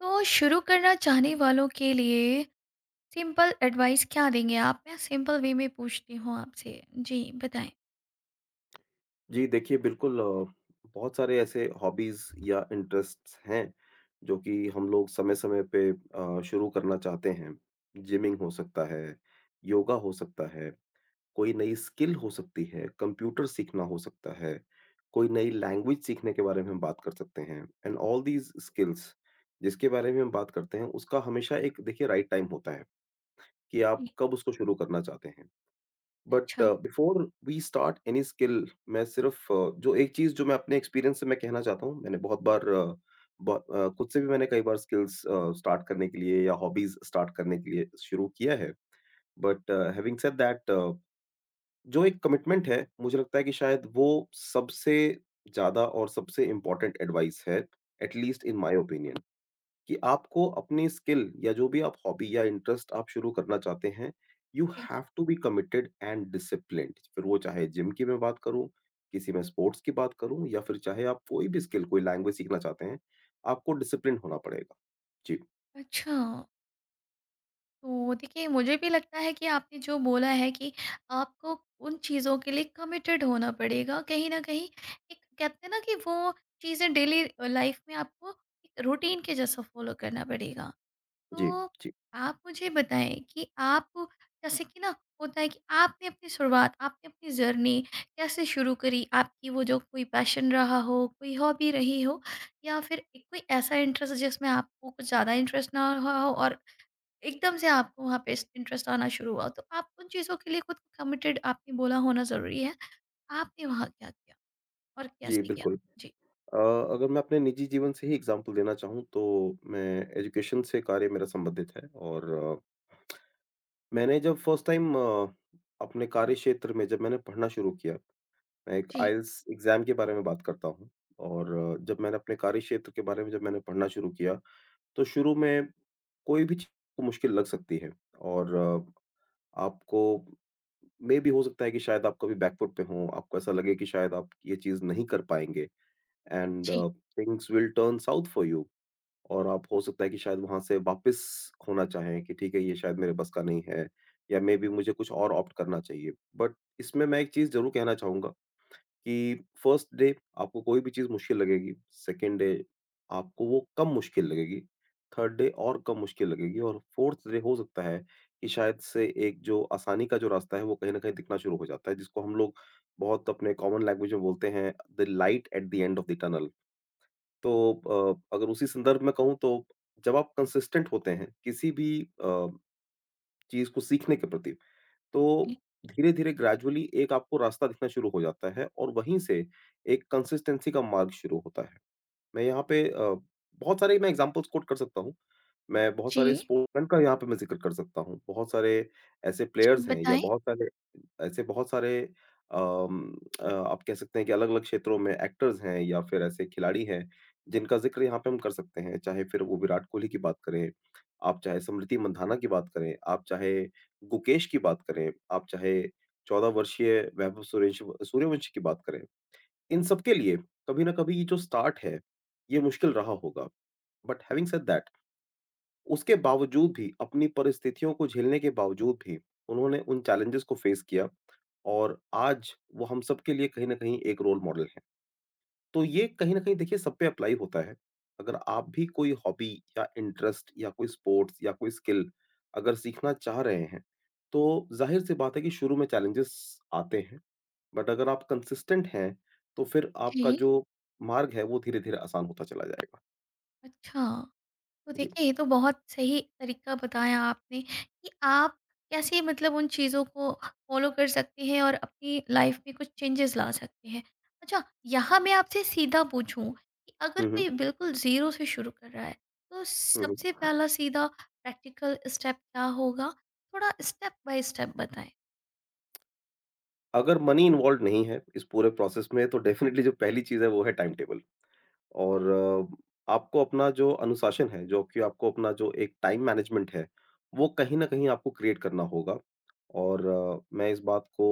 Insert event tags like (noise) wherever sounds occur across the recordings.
तो शुरू करना चाहने वालों के लिए सिंपल एडवाइस क्या देंगे आप? मैं सिंपल वे में पूछती हूँ आपसे। जी, बताएँ। जी, देखिए बिल्कुल बहुत सारे ऐसे हॉबीज़ या इंटरेस्ट्स हैं, जो कि हम लोग समय-समय पे शुरू करना चाहते हैं। जिमिंग हो सकता है, योगा हो सकता है, कोई नई स्किल हो सकती है, कंप्यूटर सीखना हो सकता है, कोई नई लैंग्वेज सीखने के बारे में हम बात कर सकते हैं। एंड ऑल दीज़ स्किल्स जिसके बारे में हम बात करते हैं, उसका हमेशा एक देखिए राइट टाइम होता है, कि आप जी, कब उसको शुरू करना चाहते हैं। बट अच्छा, before we start any skill, मैं सिर्फ जो एक चीज़ जो मैं अपने एक्सपीरियंस से मैं कहना चाहता हूँ, मैंने बहुत बार खुद से भी मैंने कई बार स्किल्स स्टार्ट करने के लिए या हॉबीज़ स्टार्ट करने के लिए शुरू किया है। बट हैविंग सेड दैट, जो एक कमिटमेंट है, मुझे लगता है कि शायद वो सबसे ज़्यादा और सबसे इम्पोर्टेंट एडवाइस है, at least in my opinion. कि आपको अपनी स्किल, या जो भी आप हॉबी या इंटरेस्ट आप शुरू करना चाहते हैं, यू जी। Have to be committed and disciplined. फिर वो चाहे जिम की मैं बात करूँ, किसी में स्पोर्ट्स की बात करूँ, या फिर चाहे आप कोई भी स्किल, कोई लैंग्वेज सीखना चाहते हैं, आपको डिसिप्लिन्ड होना पड़ेगा। जी, अच्छा, तो देखिए मुझे भी लगता है कि आपने जो बोला है कि आपको उन चीज़ों के लिए कमिटेड होना पड़ेगा। कहीं न कहीं एक कहते हैं ना कि वो चीज़ें डेली लाइफ़ में आपको एक रूटीन के जैसा फ़ॉलो करना पड़ेगा। जी, तो जी, आप मुझे बताएँ कि आप जैसे कि ना होता है कि आपने अपनी शुरुआत, आपने अपनी जर्नी कैसे शुरू करी? आपकी वो जो कोई पैशन रहा हो, कोई हॉबी रही हो या फिर एक कोई ऐसा इंटरेस्ट जिसमें आपको कुछ ज़्यादा इंटरेस्ट ना रहा हो और एकदम से आपको वहाँ पे इस इंटरेस्ट आना शुरू हुआ। तो आप उन चीज़ों के लिए खुद को कमिटेड आपने बोला होना ज़रूरी है। आपने वहाँ क्या किया और जी, कैसे किया? बिल्कुल। जी। अ, अगर मैं अपने निजी जीवन से ही एग्ज़ाम्पल देना चाहूँ, तो मैं एजुकेशन से कार्य मेरा संबंधित है। और मैंने जब फर्स्ट टाइम अपने कार्य क्षेत्र में जब मैंने पढ़ना शुरू किया, मैं एक जी, आईएलटीएस एग्ज़ाम के बारे में बात करता हूँ। और जब मैंने अपने कार्यक्षेत्र के बारे में जब मैंने पढ़ना शुरू किया, तो शुरू में कोई भी चीज़ मुश्किल लग सकती है। और आपको मेबी हो सकता है कि शायद आप कभी बैकफुट पे हों, आपको ऐसा लगे कि शायद आप ये चीज़ नहीं कर पाएँगे, एंड जी, things will turn south for you, और आप हो सकता है कि शायद वहाँ से वापस होना चाहें, कि ठीक है, ये शायद मेरे बस का नहीं है, या मेबी मुझे कुछ और ऑप्ट करना चाहिए। बट इसमें मैं एक चीज़ ज़रूर कहना चाहूँगा, कि फर्स्ट डे आपको कोई भी चीज़ मुश्किल लगेगी, सेकंड डे आपको वो कम मुश्किल लगेगी, थर्ड डे और कम मुश्किल लगेगी, और फोर्थ डे हो सकता है कि शायद से एक जो आसानी का जो रास्ता है, वो कहीं न कहीं दिखना शुरू हो जाता है, जिसको हम लोग बहुत अपने कॉमन लैंग्वेज में बोलते हैं, the light at the end of the tunnel. तो अगर उसी संदर्भ में कहूँ, तो जब आप कंसिस्टेंट होते हैं किसी भी अ, चीज़ को सीखने के प्रति, तो जी, धीरे-धीरे ग्रेजुअली एक आपको रास्ता दिखना शुरू हो जाता है, और वहीं से एक कंसिस्टेंसी का मार्ग शुरू होता है। मैं यहाँ पे बहुत सारे मैं एग्ज़ाम्पल्स कोट कर सकता हूँ। मैं बहुत सारे जी, स्पोर्ट्समैन का यहाँ पे मैं ज़िक्र कर सकता हूँ। बहुत सारे ऐसे जी, प्लेयर्स हैं, या बताएँ? बहुत सारे ऐसे, बहुत सारे अम, आप कह सकते हैं कि अलग-अलग क्षेत्रों में एक्टर्स हैं, या फिर ऐसे खिलाड़ी हैं, जिनका ज़िक्र यहाँ पे हम कर सकते हैं। चाहे फिर वो विराट कोहली की बात करें, आप चाहे स्मृति मंधाना की बात करें, आप चाहे गुकेश की बात करें, आप चाहे 14 वर्षीय वैभव सूरेश सूर्यवंशी की बात करें। इन सबके लिए कभी ना कभी ये जो स्टार्ट है, ये मुश्किल रहा होगा। बट हैविंग सेड दैट, उसके बावजूद भी, अपनी परिस्थितियों को झेलने के बावजूद भी, उन्होंने उन चैलेंजेस को फेस किया, और आज वो हम सब के लिए कहीं न कहीं एक रोल मॉडल हैं। तो ये कहीं न कहीं देखिए सब पे अप्लाई होता है। अगर आप भी कोई हॉबी या इंटरेस्ट या कोई स्पोर्ट्स या कोई स्किल अगर सीखना चाह रहे हैं, तो ज़ाहिर-सी बात है कि शुरू में चैलेंजेस आते हैं। बट अगर आप कंसिस्टेंट हैं, तो फिर आपका जी। जो मार्ग है, वो धीरे-धीरे आसान होता चला जाएगा। अच्छा। तो जी। देखिए, ये तो बहुत सही तरीका बताया आपने कि आप कैसे मतलब उन चीज़ों को फ़ॉलो कर सकते हैं और अपनी लाइफ में कुछ चेंजेस ला सकते हैं। अच्छा, यहाँ मैं आपसे सीधा पूछूँ कि अगर हुँ, कोई हुँ। बिल्कुल ज़ीरो से शुरू कर रहा है, तो हुँ, सबसे हुँ। पहला सीधा प्रैक्टिकल स्टेप क्या होगा? थोड़ा स्टेप बाय स्टेप बताएँ। अगर मनी इन्वॉल्व्ड नहीं है इस पूरे प्रोसेस में, तो डेफ़िनिटली जो पहली चीज़ है, वो है टाइम टेबल। और आपको अपना जो अनुशासन है, जो कि आपको अपना जो एक टाइम मैनेजमेंट है, वो कहीं न कहीं आपको क्रिएट करना होगा। और मैं इस बात को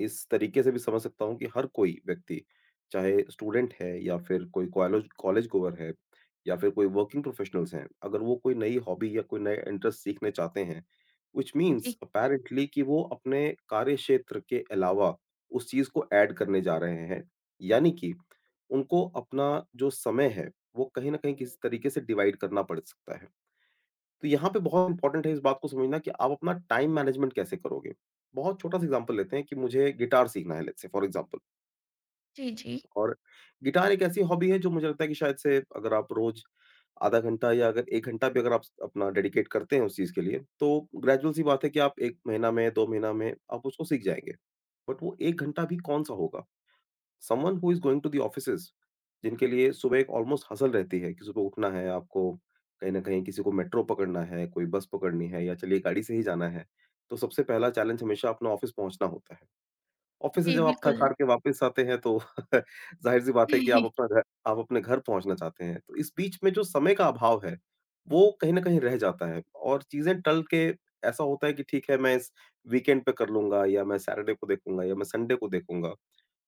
इस तरीके से भी समझ सकता हूँ कि हर कोई व्यक्ति, चाहे स्टूडेंट है, या फिर कोई कॉलेज कॉलेज गोअर है, या फिर कोई वर्किंग प्रोफेशनल्स हैं, अगर वो कोई नई हॉबी या कोई नया इंटरेस्ट सीखने चाहते हैं, व्हिच मीन्स जी। अपैरेंटली कि वो अपने कार्यक्षेत्र के अलावा उस चीज़ को ऐड करने जा रहे हैं। यानी कि उनको अपना जो समय है, वो कहीं न कहीं किसी तरीके से डिवाइड करना पड़ सकता है। तो यहाँ पे बहुत इम्पोर्टेंट है इस बात को समझना कि आप अपना टाइम मैनेजमेंट कैसे करोगे? बहुत छोटा-सा एग्ज़ाम्पल लेते हैं कि मुझे गिटार सीखना है, लेट्स से फॉर एग्ज़ाम्पल। जी, जी। और गिटार एक ऐसी हॉबी है जो मुझे लगता है कि शायद से अगर आप रोज़ आधा घंटा या अगर 1 घंटा भी अगर आप अपना डेडिकेट करते हैं उस चीज़ के लिए, तो ग्रेजुअल सी बात है कि आप 1 महीना में, 2 महीना में आप उसको सीख जाएँगे। बट वो 1 घंटा भी कौन-सा होगा? Someone who is going to the offices, जिनके लिए सुबह एक ऑलमोस्ट हसल रहती है, कि सुबह उठना है आपको, कहीं न कहीं किसी को मेट्रो पकड़ना है, कोई बस पकड़नी है, या चलिए गाड़ी से ही जाना है। तो सबसे पहला चैलेंज हमेशा अपना ऑफिस पहुँचना होता है। ऑफिस से जी, जब आप बिल्कुल। थक-हार के वापस आते हैं, तो (laughs) ज़ाहिर-सी बात है कि आप अपना (laughs) घर, आप अपने घर पहुँचना चाहते हैं। तो इस बीच में जो समय का अभाव है, वो कहीं न कहीं रह जाता है, और चीज़ें टल के ऐसा होता है कि ठीक है, मैं इस वीकेंड पे कर लूँगा, या मैं सैटरडे को देखूँगा, या मैं संडे को देखूँगा।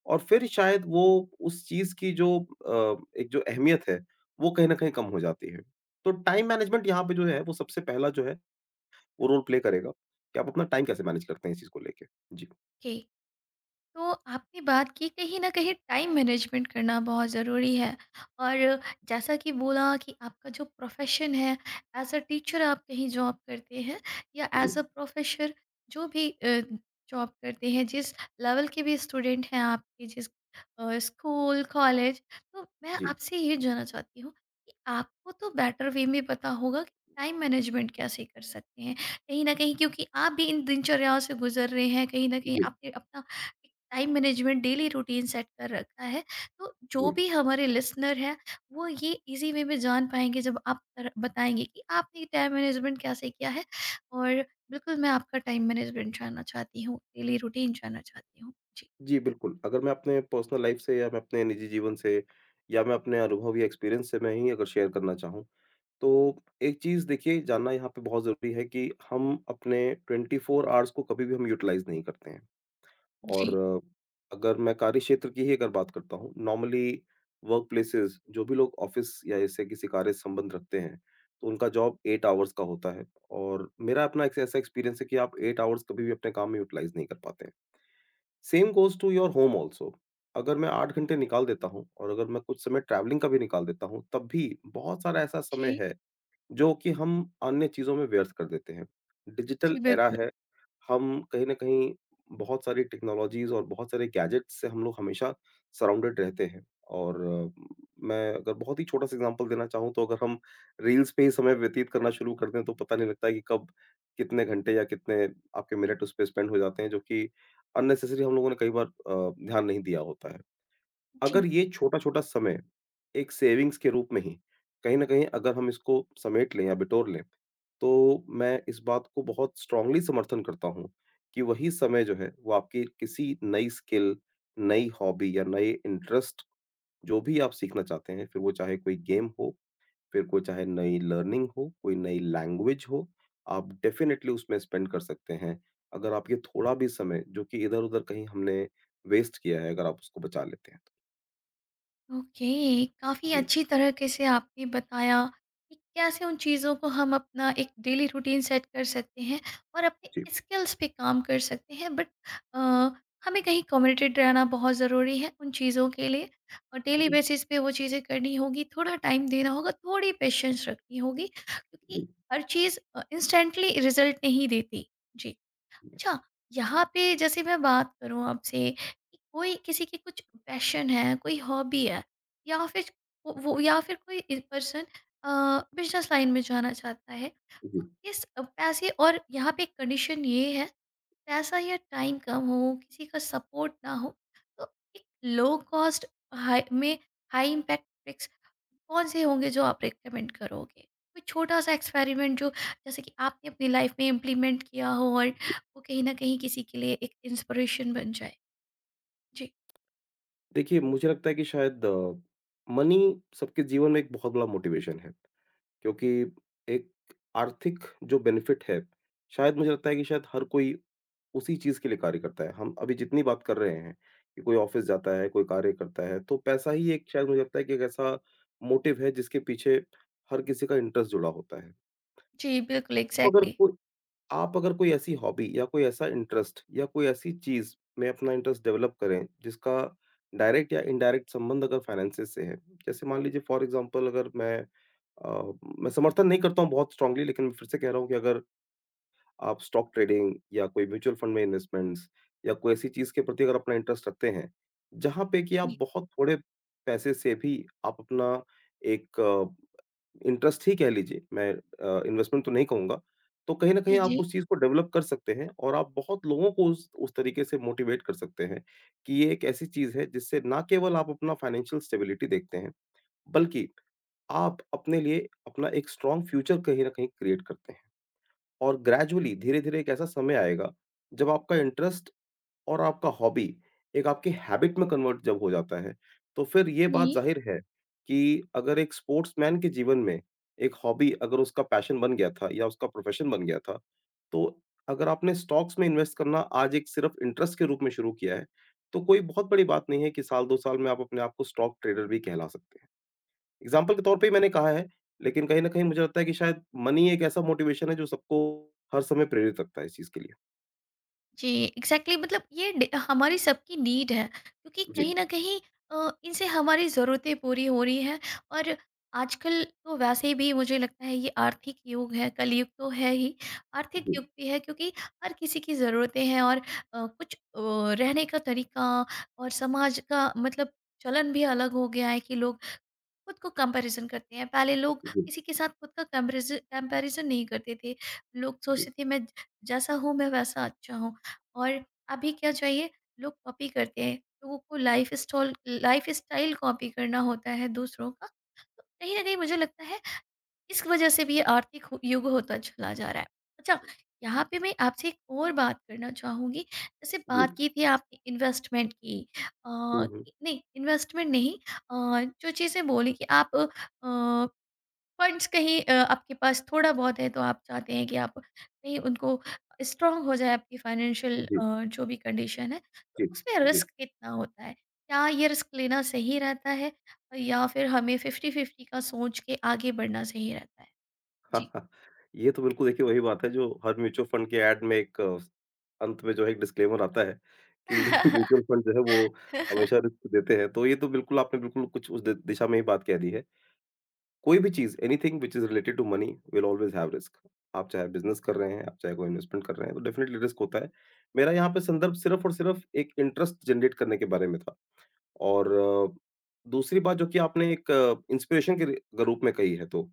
और फिर शायद वो उस चीज़ की जो एक जो अहमियत है, वो कहीं न कहीं कम हो जाती है। तो टाइम मैनेजमेंट यहाँ पे जो है, वो सबसे पहला जो है, वो रोल प्ले करेगा, कि आप अपना टाइम कैसे मैनेज करते हैं इस चीज़ को लेके। जी, जी। तो आपने बात की कहीं न कहीं टाइम मैनेजमेंट करना बहुत ज़रूरी है और जैसा कि बोला कि आपका जो प्रोफ़ेशन है, एज़ अ टीचर आप कहीं जॉब करते हैं या जी, एज़ अ प्रोफ़ेसर जो भी जॉब करते हैं, जिस लेवल के भी स्टूडेंट हैं आपके जिस स्कूल, कॉलेज। तो मैं जी, आपसे ये जानना चाहती हूँ कि आपको तो बेटर वे में पता होगा कि टाइम मैनेजमेंट कैसे कर सकते हैं। कहीं न कहीं क्योंकि आप भी इन दिनचर्याओं से गुज़र रहे हैं, कहीं न कहीं जी, आपने अपना time management daily routine set कर रखा है, तो जो जी, भी हमारे लिसनर हैं वो ये इजी वे में जान पाएंगे जब आप बताएंगे कि आपने टाइम मैनेजमेंट कैसे किया है, और बिल्कुल मैं आपका टाइम मैनेजमेंट जानना चाहती हूँ, डेली रूटीन जानना चाहती हूँ। जी। जी, बिल्कुल। अगर मैं अपने पर्सनल लाइफ़ से, या मैं अपने निजी जीवन से, या मैं अपने अनुभव या एक्सपीरियंस से मैं ही अगर शेयर करना चाहूँ, तो एक चीज़ देखिए जानना यहाँ पे बहुत ज़रूरी है, कि हम अपने 24 आवर्स को कभी भी हम यूटिलाइज़ नहीं करते हैं। और जी। अगर मैं कार्य क्षेत्र की ही अगर बात करता हूँ, नॉर्मली वर्क प्लेसेस, जो भी लोग ऑफ़िस या ऐसे किसी कार्य से संबंध रखते हैं, तो उनका जॉब 8 आवर्स का होता है, और मेरा अपना एक ऐसा एक्सपीरियंस है कि आप 8 आवर्स कभी भी अपने काम में यूटिलाइज़ नहीं कर पाते हैं। Same goes to your home also. अगर मैं 8 घंटे निकाल देता हूँ, और अगर मैं कुछ समय ट्रैवलिंग का भी निकाल देता हूँ, तब भी बहुत सारा ऐसा समय जी। है जो कि हम अन्य चीज़ों में व्यर्थ कर देते हैं। डिजिटल जी, एरा बिल्कुल। है, हम कहीं न कहीं बहुत सारी टेक्नोलॉजीज़ और बहुत सारे गैजेट्स से हम लोग हमेशा सराउंडेड रहते हैं। और मैं अगर बहुत ही छोटा-सा एग्ज़ाम्पल देना चाहूँ, तो अगर हम रील्स पे ही समय व्यतीत करना शुरू कर दें, तो पता नहीं लगता है कि कब कितने घंटे या कितने आपके मिनट उस पे स्पेंड हो जाते हैं, जो कि अननेसेसरी हम लोगों ने कई बार ध्यान नहीं दिया होता है। अगर जी। ये छोटा-छोटा समय एक सेविंग्स के रूप में ही कहीं न कहीं अगर हम इसको समेट लें या बिटोर लें, तो मैं इस बात को बहुत स्ट्रॉन्गली समर्थन करता हूँ कि वही समय जो है, वो आपकी किसी नई स्किल, नई हॉबी या नए इंटरेस्ट, जो भी आप सीखना चाहते हैं, फिर वो चाहे कोई गेम हो, फिर कोई चाहे नई लर्निंग हो, कोई नई लैंग्वेज हो, आप डेफिनिटली उसमें स्पेंड कर सकते हैं। अगर आप ये थोड़ा भी समय, जो कि इधर-उधर कहीं हमने वेस्ट किया है, अगर आप उसको बचा लेते हैं तो। ओके, काफ़ी जी, अच्छी तरीके से आपने बताया कि कैसे उन चीज़ों को हम अपना एक डेली रूटीन सेट कर सकते हैं और जी। अपने स्किल्स पे काम कर सकते हैं, बट हमें कहीं कमिटेड रहना बहुत ज़रूरी है उन चीज़ों के लिए, और डेली जी, बेसिस पे वो चीज़ें करनी होगी, थोड़ा टाइम देना होगा, थोड़ी पेशेंस रखनी होगी, क्योंकि जी, हर चीज़ इंस्टेंटली रिजल्ट नहीं देती। जी। जी, अच्छा, यहाँ पे जैसे मैं बात करूँ आपसे कि कोई किसी की कुछ पैशन है, कोई हॉबी है या फिर वो या फिर कोई इ पर्सन अ, बिज़नेस लाइन में जाना चाहता है। जी, तो किस पैसे और यहाँ पे कंडीशन ये है, कि पैसा या टाइम कम हो, किसी का सपोर्ट ना हो, तो एक लो कॉस्ट हाई में हाई इम्पैक्ट ट्रिक्स कौन-से होंगे जो आप रिकमेंड करोगे? कोई छोटा-सा एक्सपेरिमेंट जो जैसे कि आपने अपनी लाइफ़ में इम्प्लीमेंट किया हो और जी। वो कहीं न कहीं किसी के लिए एक इंस्पिरेशन बन जाए। जी। देखिए, मुझे लगता है कि शायद मनी सबके जीवन में एक बहुत बड़ा मोटिवेशन है, क्योंकि एक आर्थिक जो बेनिफिट है, शायद मुझे लगता है कि शायद हर कोई उसी चीज़ के लिए कार्य करता है। हम अभी जितनी बात कर रहे हैं कि कोई ऑफ़िस जाता है, कोई कार्य करता है, तो पैसा ही एक शायद, मुझे लगता है कि एक ऐसा मोटिव है जिसके पीछे हर किसी का इंटरेस्ट जुड़ा होता है। जी, बिल्कुल तो अगर एग्ज़ैक्टली। कोई, आप अगर कोई ऐसी हॉबी या कोई ऐसा इंटरेस्ट या कोई ऐसी चीज में अपना इंटरेस्ट डेवलप करें जिसका डायरेक्ट या इनडायरेक्ट संबंध अगर फाइनेंसेस से है, जैसे मान लीजिए फॉर एग्जांपल, अगर मैं अ, मैं समर्थन नहीं करता हूँ बहुत स्ट्रांगली, लेकिन मैं फिर से कह रहा हूँ कि अगर आप स्टॉक ट्रेडिंग या कोई म्यूचुअल फंड में इन्वेस्टमेंट्स या कोई ऐसी चीज के प्रति अगर अपना इंटरेस्ट रखते हैं, जहां पे कि आप जी, बहुत थोड़े पैसे से भी आप अपना एक इंटरेस्ट ही कह लीजिए, मैं इन्वेस्टमेंट तो नहीं कहूँगा। तो कहीं न कहीं जी, आप जी, उस चीज़ को डेवलप कर सकते हैं और आप बहुत लोगों को उस तरीके से मोटिवेट कर सकते हैं कि ये एक ऐसी चीज़ है जिससे ना केवल आप अपना फाइनेंशियल स्टेबिलिटी देखते हैं, बल्कि आप अपने लिए अपना एक स्ट्रॉन्ग फ्यूचर कहीं न कहीं क्रिएट करते हैं। और ग्रेजुअली धीरे-धीरे एक ऐसा समय आएगा, जब आपका इंटरेस्ट और आपका हॉबी एक आपकी हैबिट में कन्वर्ट जब हो जाता है, तो फिर ये बात जी, ज़ाहिर है कि अगर एक स्पोर्ट्समैन के जीवन में एक हॉबी अगर उसका पैशन बन गया था या उसका प्रोफ़ेशन बन गया था, तो अगर आपने स्टॉक्स में इन्वेस्ट करना आज एक सिर्फ़ इंटरेस्ट के रूप में शुरू किया है, तो कोई बहुत बड़ी बात नहीं है कि साल 2 साल में आप अपने आप को स्टॉक ट्रेडर भी कहला सकते हैं। एग्ज़ाम्पल के तौर पे ही मैंने कहा है, लेकिन कहीं न कहीं मुझे लगता है कि शायद मनी एक ऐसा मोटिवेशन है जो सबको हर समय प्रेरित रखता है इस चीज़ के लिए। जी, एग्ज़ैक्टली मतलब ये डे हमारी सबकी नीड है, क्योंकि जी, कहीं न कहीं इनसे हमारी ज़रूरतें पूरी हो रही हैं, और आजकल तो वैसे भी मुझे लगता है ये आर्थिक युग है, कलयुग तो है ही, आर्थिक जी, युग भी है, क्योंकि हर किसी की ज़रूरतें हैं, और कुछ रहने का तरीका और समाज का मतलब चलन भी अलग हो गया है कि लोग खुद को कंपैरिज़न करते हैं। पहले लोग जी, किसी के साथ खुद का कंपैरिज़न नहीं करते थे। लोग जी, सोचते थे मैं जैसा हूँ मैं वैसा अच्छा हूँ, और अभी क्या चाहिए, लोग कॉपी करते हैं। लोगों को लाइफ़स्टाइल कॉपी करना होता है दूसरों का। तो कहीं न कहीं मुझे लगता है इस वजह से भी ये आर्थिक युग होता चला जा रहा है। अच्छा, यहाँ पे मैं आपसे एक और बात करना चाहूंगी, जैसे जी। बात की थी आपने इन्वेस्टमेंट की, हुँ, हुँ। नहीं इन्वेस्टमेंट नहीं, जो चीज़ें बोली कि आप फंड्स कहीं आपके पास थोड़ा बहुत है, तो आप चाहते हैं कि आप कहीं उनको स्ट्रांग हो जाए आपकी फाइनेंशियल जी, जो भी कंडीशन है, तो जी, उसमें जी। रिस्क कितना होता है? क्या ये रिस्क लेना सही रहता है, या फिर हमें फिफ्टी फिफ्टी का सोच के आगे बढ़ना सही रहता है? जी। (laughs) ये तो बिल्कुल देखिए, वही बात है जो हर म्यूचुअल फ़ंड के ऐड में एक अंत में जो है, एक डिस्क्लेमर आता है कि (laughs) (laughs) म्यूचुअल फ़ंड जो है, वो हमेशा रिस्क देते हैं। तो ये तो बिल्कुल आपने बिल्कुल कुछ उस दि दिशा में ही बात कह दी है। कोई भी चीज़, anything which is related to money will always have risk. आप चाहे बिज़नेस कर रहे हैं, आप चाहे कोई इन्वेस्टमेंट कर रहे हैं, तो डेफ़िनेटली रिस्क होता है। मेरा यहाँ पे संदर्भ सिर्फ़ और सिर्फ़ एक इंटरेस्ट जनरेट करने के बारे में था। और दूसरी बात जो कि आपने एक इंस्पिरेशन के रि रूप में कही है, तो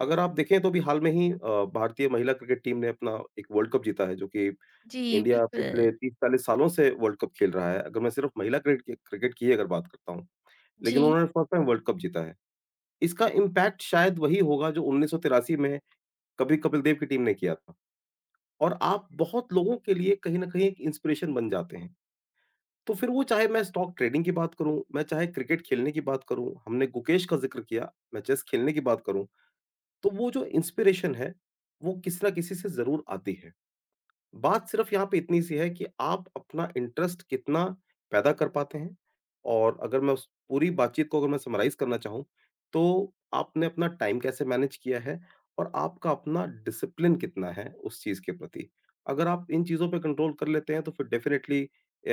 अगर आप देखें तो अभी हाल में ही भारतीय महिला क्रिकेट टीम ने अपना एक वर्ल्ड कप जीता है, जो कि जी, इंडिया बिल्कुल। पिछले 30-40 सालों से वर्ल्ड कप खेल रहा है। अगर मैं सिर्फ़ महिला क्रिकेट की ही अगर बात करता हूँ, लेकिन जी। उन्होंने फर्स्ट टाइम वर्ल्ड कप जीता है। इसका इम्पैक्ट शायद वही होगा जो 1983 में कभी कपिल देव की टीम ने किया था, और आप बहुत लोगों के लिए कहीं न कहीं एक इंस्पिरेशन बन जाते हैं। तो फिर वो चाहे मैं स्टॉक ट्रेडिंग की बात करूँ, मैं चाहे क्रिकेट खेलने की बात करूँ, हमने गुकेश का ज़िक्र किया, मैं चेस खेलने की बात करूँ। तो वो जो इंस्पिरेशन है, वो किसी न किसी से ज़रूर आती है। बात सिर्फ़ यहाँ पे इतनी सी है कि आप अपना इंटरेस्ट कितना पैदा कर पाते हैं। और अगर मैं उस पूरी बातचीत को अगर मैं समराइज़ करना चाहूँ, तो आपने अपना टाइम कैसे मैनेज किया है और आपका अपना डिसिप्लिन कितना है उस चीज़ के प्रति। अगर आप इन चीज़ों पे कंट्रोल कर लेते हैं, तो फिर डेफ़िनेटली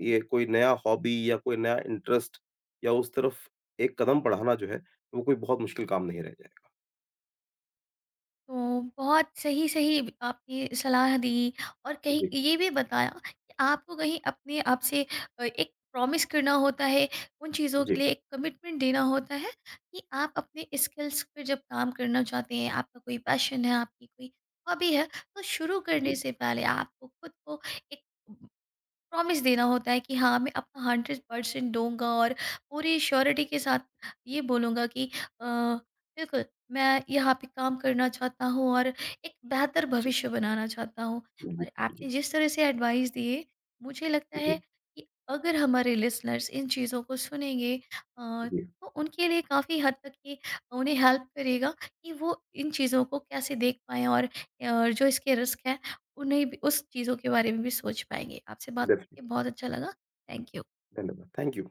ये कोई नया हॉबी या कोई नया इंटरेस्ट या उस तरफ एक कदम बढ़ाना जो है, वो कोई बहुत मुश्किल काम नहीं रह जाएगा। तो बहुत सही-सही ब आपने सलाह दी, और कहीं जी, ये भी बताया कि आपको कहीं अपने आप से एक प्रॉमिस करना होता है, उन चीज़ों जी। के लिए एक कमिटमेंट देना होता है कि आप अपने स्किल्स पे जब काम करना चाहते हैं, आपका कोई पैशन है, आपकी कोई हॉबी है, तो शुरू करने Okay. से पहले आपको खुद को एक प्रॉमिस देना होता है कि हाँ, मैं अपना 100% दूँगा और पूरी श्योरिटी के साथ ये बोलूँगा कि अ, बिल्कुल मैं यहाँ पे काम करना चाहता हूँ और एक बेहतर Okay. भविष्य बनाना चाहता हूँ। और Okay. आपने जिस तरह से एडवाइस दिए, मुझे लगता Okay. है कि अगर हमारे लिसनर्स इन चीज़ों को सुनेंगे, अ, Okay. तो उनके लिए काफ़ी हद तक ये उन्हें हेल्प करेगा कि वो इन चीज़ों को कैसे देख पाएँ, और जो इसके रिस्क हैं उन्हें भी, उस चीज़ों के बारे में भी सोच पाएँगे। आपसे बात Definitely. ये बहुत अच्छा लगा। Thank you. Wonderful. Thank you.